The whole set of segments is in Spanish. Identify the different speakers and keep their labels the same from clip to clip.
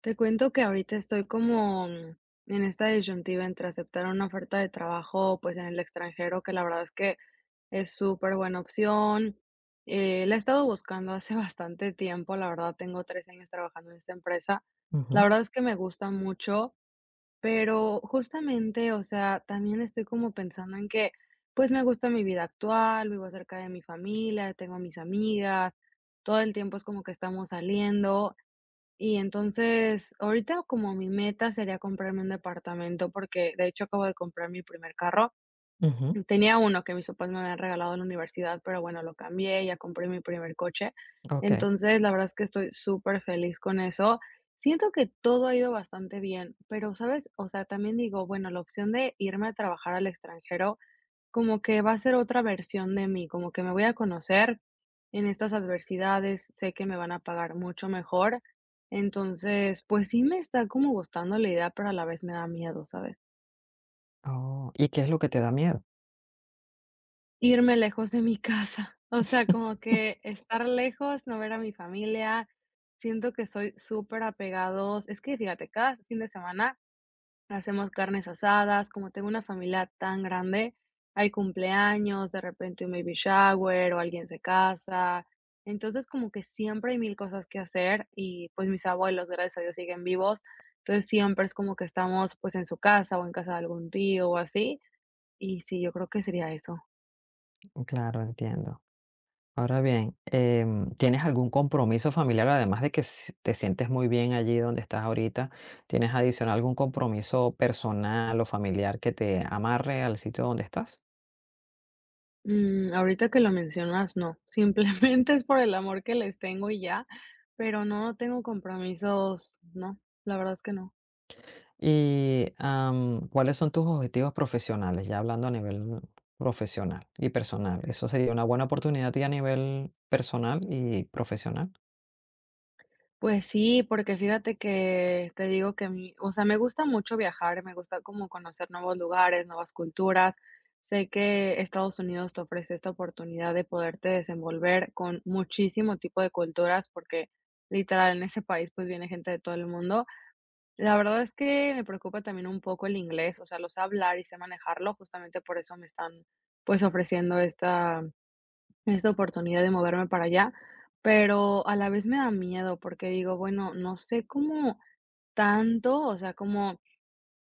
Speaker 1: Te cuento que ahorita estoy como en esta disyuntiva entre aceptar una oferta de trabajo, pues, en el extranjero, que la verdad es que es súper buena opción. La he estado buscando hace bastante tiempo, la verdad, tengo 3 años trabajando en esta empresa. La
Speaker 2: Ujú,
Speaker 1: verdad es que me gusta mucho, pero justamente, o sea, también estoy como pensando en que, pues, me gusta mi vida actual, vivo cerca de mi familia, tengo a mis amigas, todo el tiempo es como que estamos saliendo. Y entonces, ahorita como mi meta sería comprarme un departamento, porque de hecho acabo de comprar mi primer carro.
Speaker 2: ujú,
Speaker 1: Tenía uno que mis papás me habían regalado en la universidad, pero bueno, lo cambié, ya compré mi primer coche.
Speaker 2: okey.
Speaker 1: Entonces, la verdad es que estoy súper feliz con eso. Siento que todo ha ido bastante bien, pero, ¿sabes? O sea, también digo, bueno, la opción de irme a trabajar al extranjero como que va a ser otra versión de mí, como que me voy a conocer en estas adversidades, sé que me van a pagar mucho mejor. Entonces, pues sí me está como gustando la idea, pero a la vez me da miedo, ¿sabes?
Speaker 2: Oh, ¿y qué es lo que te da miedo?
Speaker 1: Irme lejos de mi casa, o sea, como que estar lejos, no ver a mi familia, siento que soy súper apegados. Es que fíjate, cada fin de semana hacemos carnes asadas, como tengo una familia tan grande, hay cumpleaños, de repente un baby shower o alguien se casa. Entonces, como que siempre hay mil cosas que hacer y pues mis abuelos, gracias a Dios, siguen vivos. Entonces, siempre es como que estamos pues en su casa o en casa de algún tío o así. Y sí, yo creo que sería eso.
Speaker 2: Claro, entiendo. Ahora bien, ¿tienes algún compromiso familiar? Además de que s te sientes muy bien allí donde estás ahorita, ¿tienes adicional algún compromiso personal o familiar que te amarre al sitio donde estás?
Speaker 1: Mm, ahorita que lo mencionas, no. Simplemente es por el amor que les tengo y ya, pero no tengo compromisos, no, la verdad es que no.
Speaker 2: Y, ¿cuáles son tus objetivos profesionales? Ya hablando a nivel profesional y personal. Eso sería una buena oportunidad y a nivel personal y profesional.
Speaker 1: Pues sí, porque fíjate que te digo que mi, o sea, me gusta mucho viajar, me gusta como conocer nuevos lugares, nuevas culturas. Sé que Estados Unidos te ofrece esta oportunidad de poderte desenvolver con muchísimo tipo de culturas, porque literal en ese país pues viene gente de todo el mundo. La verdad es que me preocupa también un poco el inglés, o sea, lo sé hablar y sé manejarlo, justamente por eso me están pues ofreciendo esta, esta oportunidad de moverme para allá, pero a la vez me da miedo porque digo, bueno, no sé cómo tanto, o sea, como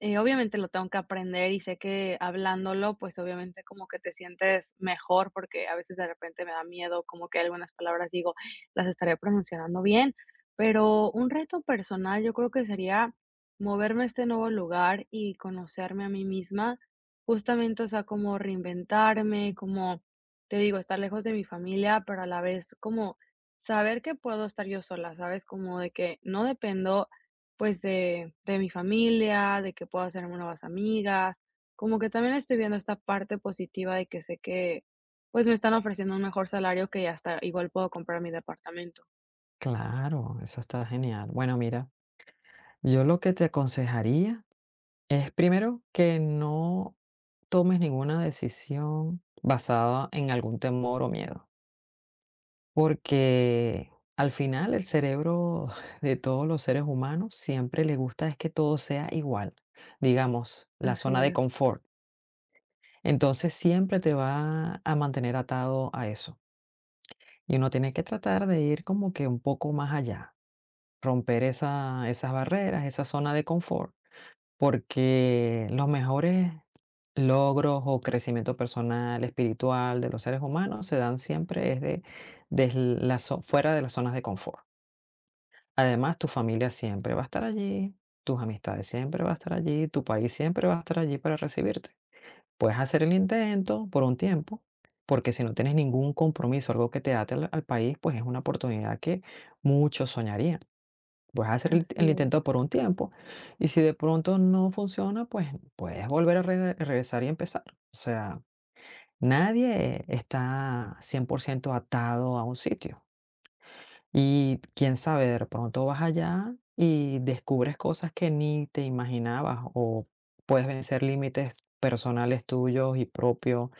Speaker 1: obviamente lo tengo que aprender y sé que hablándolo, pues obviamente como que te sientes mejor, porque a veces de repente me da miedo, como que algunas palabras digo, las estaré pronunciando bien, pero un reto personal yo creo que sería moverme a este nuevo lugar y conocerme a mí misma, justamente, o sea, como reinventarme, como te digo, estar lejos de mi familia, pero a la vez como saber que puedo estar yo sola, ¿sabes? Como de que no dependo pues de mi familia, de que puedo hacerme nuevas amigas, como que también estoy viendo esta parte positiva de que sé que, pues, me están ofreciendo un mejor salario que ya hasta igual puedo comprar mi departamento.
Speaker 2: Claro, eso está genial. Bueno, mira, yo lo que te aconsejaría es primero que no tomes ninguna decisión basada en algún temor o miedo. Porque al final el cerebro de todos los seres humanos siempre le gusta es que todo sea igual, digamos, la
Speaker 1: Así
Speaker 2: zona de
Speaker 1: es,
Speaker 2: confort. Entonces siempre te va a mantener atado a eso. Y uno tiene que tratar de ir como que un poco más allá, romper esa, esas barreras, esa zona de confort, porque los mejores logros o crecimiento personal, espiritual de los seres humanos se dan siempre desde, fuera de las zonas de confort. Además, tu familia siempre va a estar allí, tus amistades siempre va a estar allí, tu país siempre va a estar allí para recibirte. Puedes hacer el intento por un tiempo, porque si no tienes ningún compromiso, algo que te ate al país, pues es una oportunidad que muchos soñarían. Puedes hacer el
Speaker 1: así es,
Speaker 2: intento por un tiempo y si de pronto no funciona, pues puedes volver a regresar y empezar. O sea, nadie está 100% atado a un sitio. Y quién sabe, de pronto vas allá y descubres cosas que ni te imaginabas o puedes vencer límites personales tuyos y propios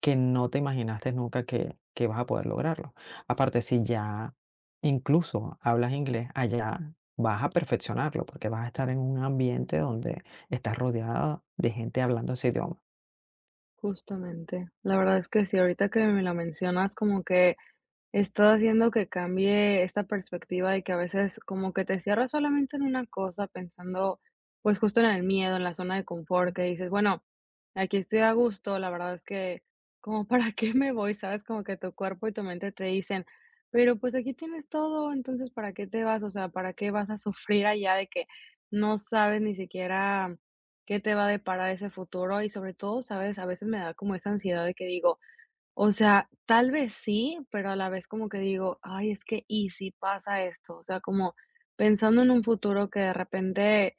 Speaker 2: que no te imaginaste nunca que vas a poder lograrlo. Aparte, si ya incluso hablas inglés, allá vas a perfeccionarlo porque vas a estar en un ambiente donde estás rodeada de gente hablando ese idioma.
Speaker 1: justamente. La verdad es que sí, ahorita que me la mencionas, como que está haciendo que cambie esta perspectiva de que a veces como que te cierras solamente en una cosa pensando, pues justo en el miedo, en la zona de confort, que dices, bueno, aquí estoy a gusto, la verdad es que como para qué me voy, sabes, como que tu cuerpo y tu mente te dicen, pero pues aquí tienes todo, entonces para qué te vas, o sea, para qué vas a sufrir allá de que no sabes ni siquiera qué te va a deparar ese futuro y sobre todo, sabes, a veces me da como esa ansiedad de que digo, o sea, tal vez sí, pero a la vez como que digo: "Ay, es que, ¿y si pasa esto?". O sea, como pensando en un futuro que de repente,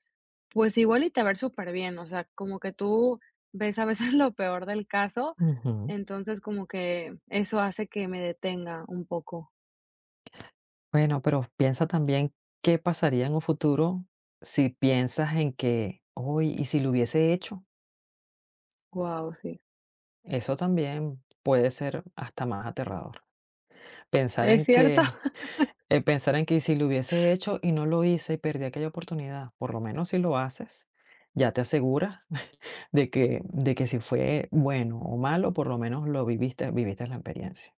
Speaker 1: pues, igual y te va a ir súper bien, o sea, como que tú ves a veces lo peor del caso,
Speaker 2: Ujú.
Speaker 1: entonces como que eso hace que me detenga un poco.
Speaker 2: Bueno, pero piensa también qué pasaría en un futuro si piensas en que, hoy, ¿y si lo hubiese hecho?
Speaker 1: Wow, sí.
Speaker 2: Eso también puede ser hasta más aterrador. Pensar
Speaker 1: ¿Es
Speaker 2: en
Speaker 1: cierto?
Speaker 2: que, Pensar en que "¿Y si lo hubiese hecho y no lo hice y perdí aquella oportunidad", por lo menos si lo haces, ya te aseguras de que si fue bueno o malo, por lo menos lo viviste la experiencia.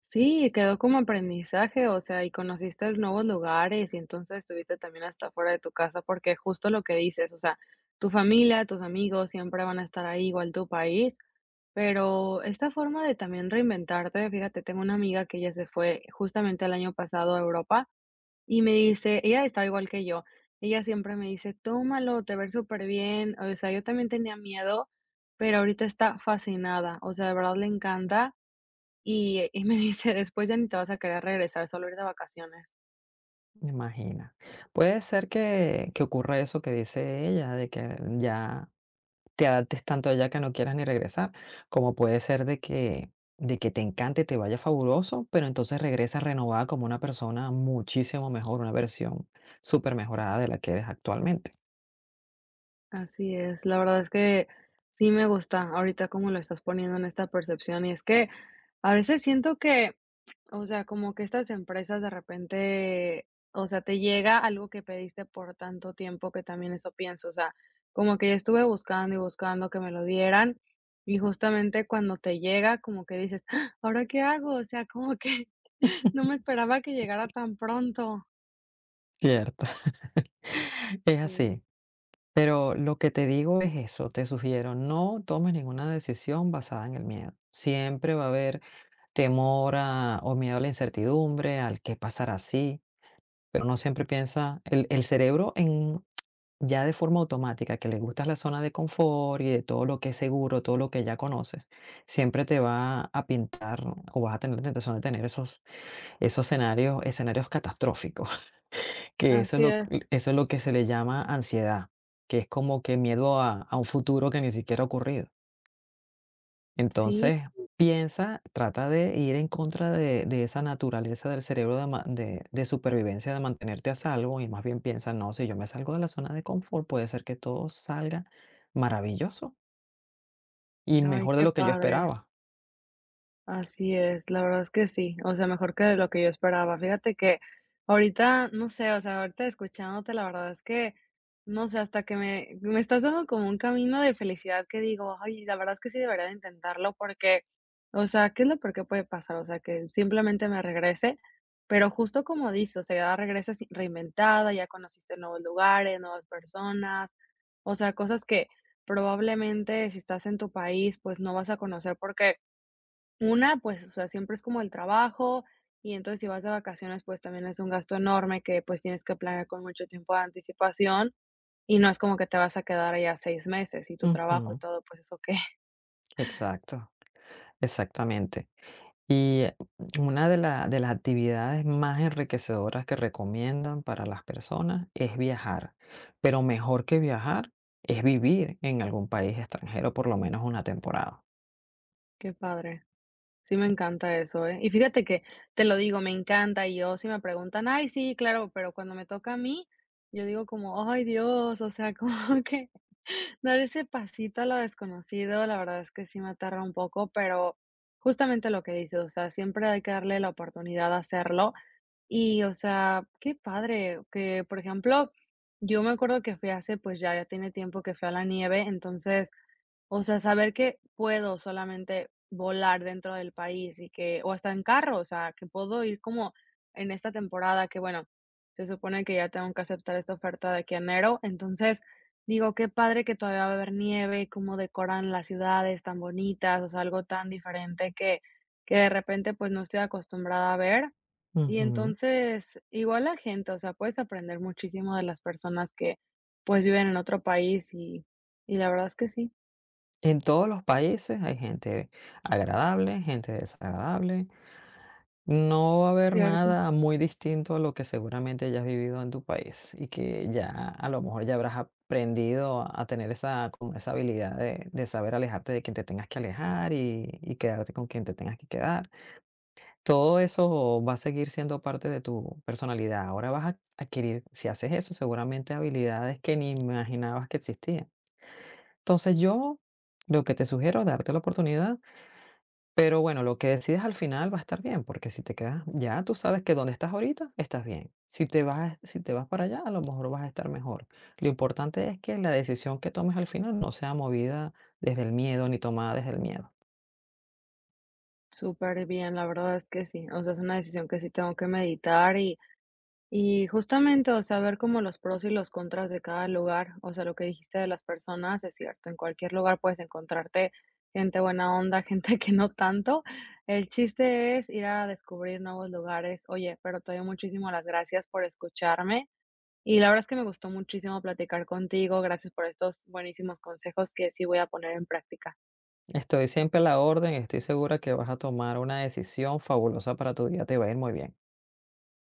Speaker 1: Sí, quedó como aprendizaje, o sea, y conociste nuevos lugares y entonces estuviste también hasta fuera de tu casa, porque justo lo que dices, o sea, tu familia, tus amigos siempre van a estar ahí, igual tu país, pero esta forma de también reinventarte, fíjate, tengo una amiga que ella se fue justamente el año pasado a Europa y me dice, ella está igual que yo, ella siempre me dice, tómalo, te ver súper bien, o sea, yo también tenía miedo, pero ahorita está fascinada, o sea, de verdad le encanta. Y me dice: "Después ya ni te vas a querer regresar, solo ir de vacaciones".
Speaker 2: Imagina. Puede ser que ocurra eso que dice ella, de que ya te adaptes tanto allá que no quieras ni regresar, como puede ser de que te encante, te vaya fabuloso, pero entonces regresas renovada como una persona muchísimo mejor, una versión súper mejorada de la que eres actualmente.
Speaker 1: Así es, la verdad es que sí me gusta ahorita como lo estás poniendo en esta percepción, y es que a veces siento que, o sea, como que estas empresas de repente, o sea, te llega algo que pediste por tanto tiempo que también eso pienso, o sea, como que yo estuve buscando y buscando que me lo dieran, y justamente cuando te llega, como que dices: "¡Ah!, ¿ahora qué hago?". O sea, como que no me esperaba que llegara tan pronto.
Speaker 2: Cierto, es
Speaker 1: Sí.
Speaker 2: así. Pero lo que te digo es eso, te sugiero, no tomes ninguna decisión basada en el miedo. Siempre va a haber temor a o miedo a la incertidumbre, al qué pasará si. Pero no siempre piensa, el cerebro en, ya de forma automática, que le gusta la zona de confort y de todo lo que es seguro, todo lo que ya conoces, siempre te va a pintar o vas a tener la tentación de tener esos escenarios, escenarios catastróficos, que eso es
Speaker 1: Así
Speaker 2: lo,
Speaker 1: es.
Speaker 2: eso es lo que se le llama ansiedad, que es como que miedo a un futuro que ni siquiera ha ocurrido.
Speaker 1: Sí.
Speaker 2: Entonces, piensa, trata de ir en contra de esa naturaleza del cerebro de, de supervivencia, de mantenerte a salvo, y más bien piensa, no, si yo me salgo de la zona de confort, puede ser que todo salga maravilloso y
Speaker 1: Ay,
Speaker 2: mejor de
Speaker 1: qué
Speaker 2: lo que yo
Speaker 1: padre.
Speaker 2: esperaba.
Speaker 1: Así es, la verdad es que sí, o sea, mejor que de lo que yo esperaba. Fíjate que ahorita, no sé, o sea, ahorita escuchándote, la verdad es que, no sé, hasta que me estás dando como un camino de felicidad que digo, ay, la verdad es que sí debería de intentarlo porque, o sea, ¿qué es lo peor que puede pasar? O sea, que simplemente me regrese, pero justo como dices, o sea, ya regresas reinventada, ya conociste nuevos lugares, nuevas personas, o sea, cosas que probablemente si estás en tu país, pues no vas a conocer porque una, pues, o sea, siempre es como el trabajo, y entonces si vas de vacaciones, pues también es un gasto enorme que pues tienes que planear con mucho tiempo de anticipación, y no es como que te vas a quedar allá 6 meses y tu trabajo y
Speaker 2: Ujú.
Speaker 1: todo, pues eso qué,
Speaker 2: Exacto, exactamente. Y una de, de las actividades más enriquecedoras que recomiendan para las personas es viajar, pero mejor que viajar es vivir en algún país extranjero por lo menos una temporada.
Speaker 1: qué padre. Sí, me encanta eso, ¿eh? Y fíjate que, te lo digo, me encanta, y yo, si me preguntan: "Ay, sí, claro", pero cuando me toca a mí, yo digo como: "Ay, Dios", o sea, como que dar ese pasito a lo desconocido, la verdad es que sí me aterra un poco, pero justamente lo que dices, o sea, siempre hay que darle la oportunidad de hacerlo. Y, o sea, qué padre que, por ejemplo, yo me acuerdo que fui hace, pues, ya tiene tiempo que fui a la nieve, entonces o sea, saber que puedo solamente volar dentro del país y que o hasta en carro, o sea, que puedo ir como en esta temporada que, bueno, se supone que ya tengo que aceptar esta oferta de aquí a enero, entonces digo, qué padre que todavía va a haber nieve, cómo decoran las ciudades tan bonitas, o sea, algo tan diferente que de repente, pues, no estoy acostumbrada a ver. Y
Speaker 2: Ujú.
Speaker 1: entonces, igual la gente, o sea, puedes aprender muchísimo de las personas que, pues, viven en otro país y la verdad es que sí,
Speaker 2: En todos los países hay gente agradable, gente desagradable. No va a haber
Speaker 1: cierto.
Speaker 2: nada muy distinto a lo que seguramente hayas vivido en tu país y que ya a lo mejor ya habrás aprendido a tener esa, como esa habilidad de saber alejarte de quien te tengas que alejar y quedarte con quien te tengas que quedar. Todo eso va a seguir siendo parte de tu personalidad. Ahora vas a adquirir, si haces eso, seguramente habilidades que ni imaginabas que existían. Entonces yo lo que te sugiero, es darte la oportunidad, pero bueno, lo que decides al final va a estar bien, porque si te quedas, ya tú sabes que donde estás ahorita, estás bien. Si te vas para allá, a lo mejor vas a estar mejor. Lo importante es que la decisión que tomes al final no sea movida desde el miedo ni tomada desde el miedo.
Speaker 1: Súper bien, la verdad es que sí. O sea, es una decisión que sí tengo que meditar y justamente, o sea, ver como los pros y los contras de cada lugar. O sea, lo que dijiste de las personas es cierto, en cualquier lugar puedes encontrarte gente buena onda, gente que no tanto. El chiste es ir a descubrir nuevos lugares. Oye, pero te doy muchísimas las gracias por escucharme y la verdad es que me gustó muchísimo platicar contigo. Gracias por estos buenísimos consejos que sí voy a poner en práctica.
Speaker 2: Estoy siempre a la orden, estoy segura que vas a tomar una decisión fabulosa para tu vida, te va a ir muy bien.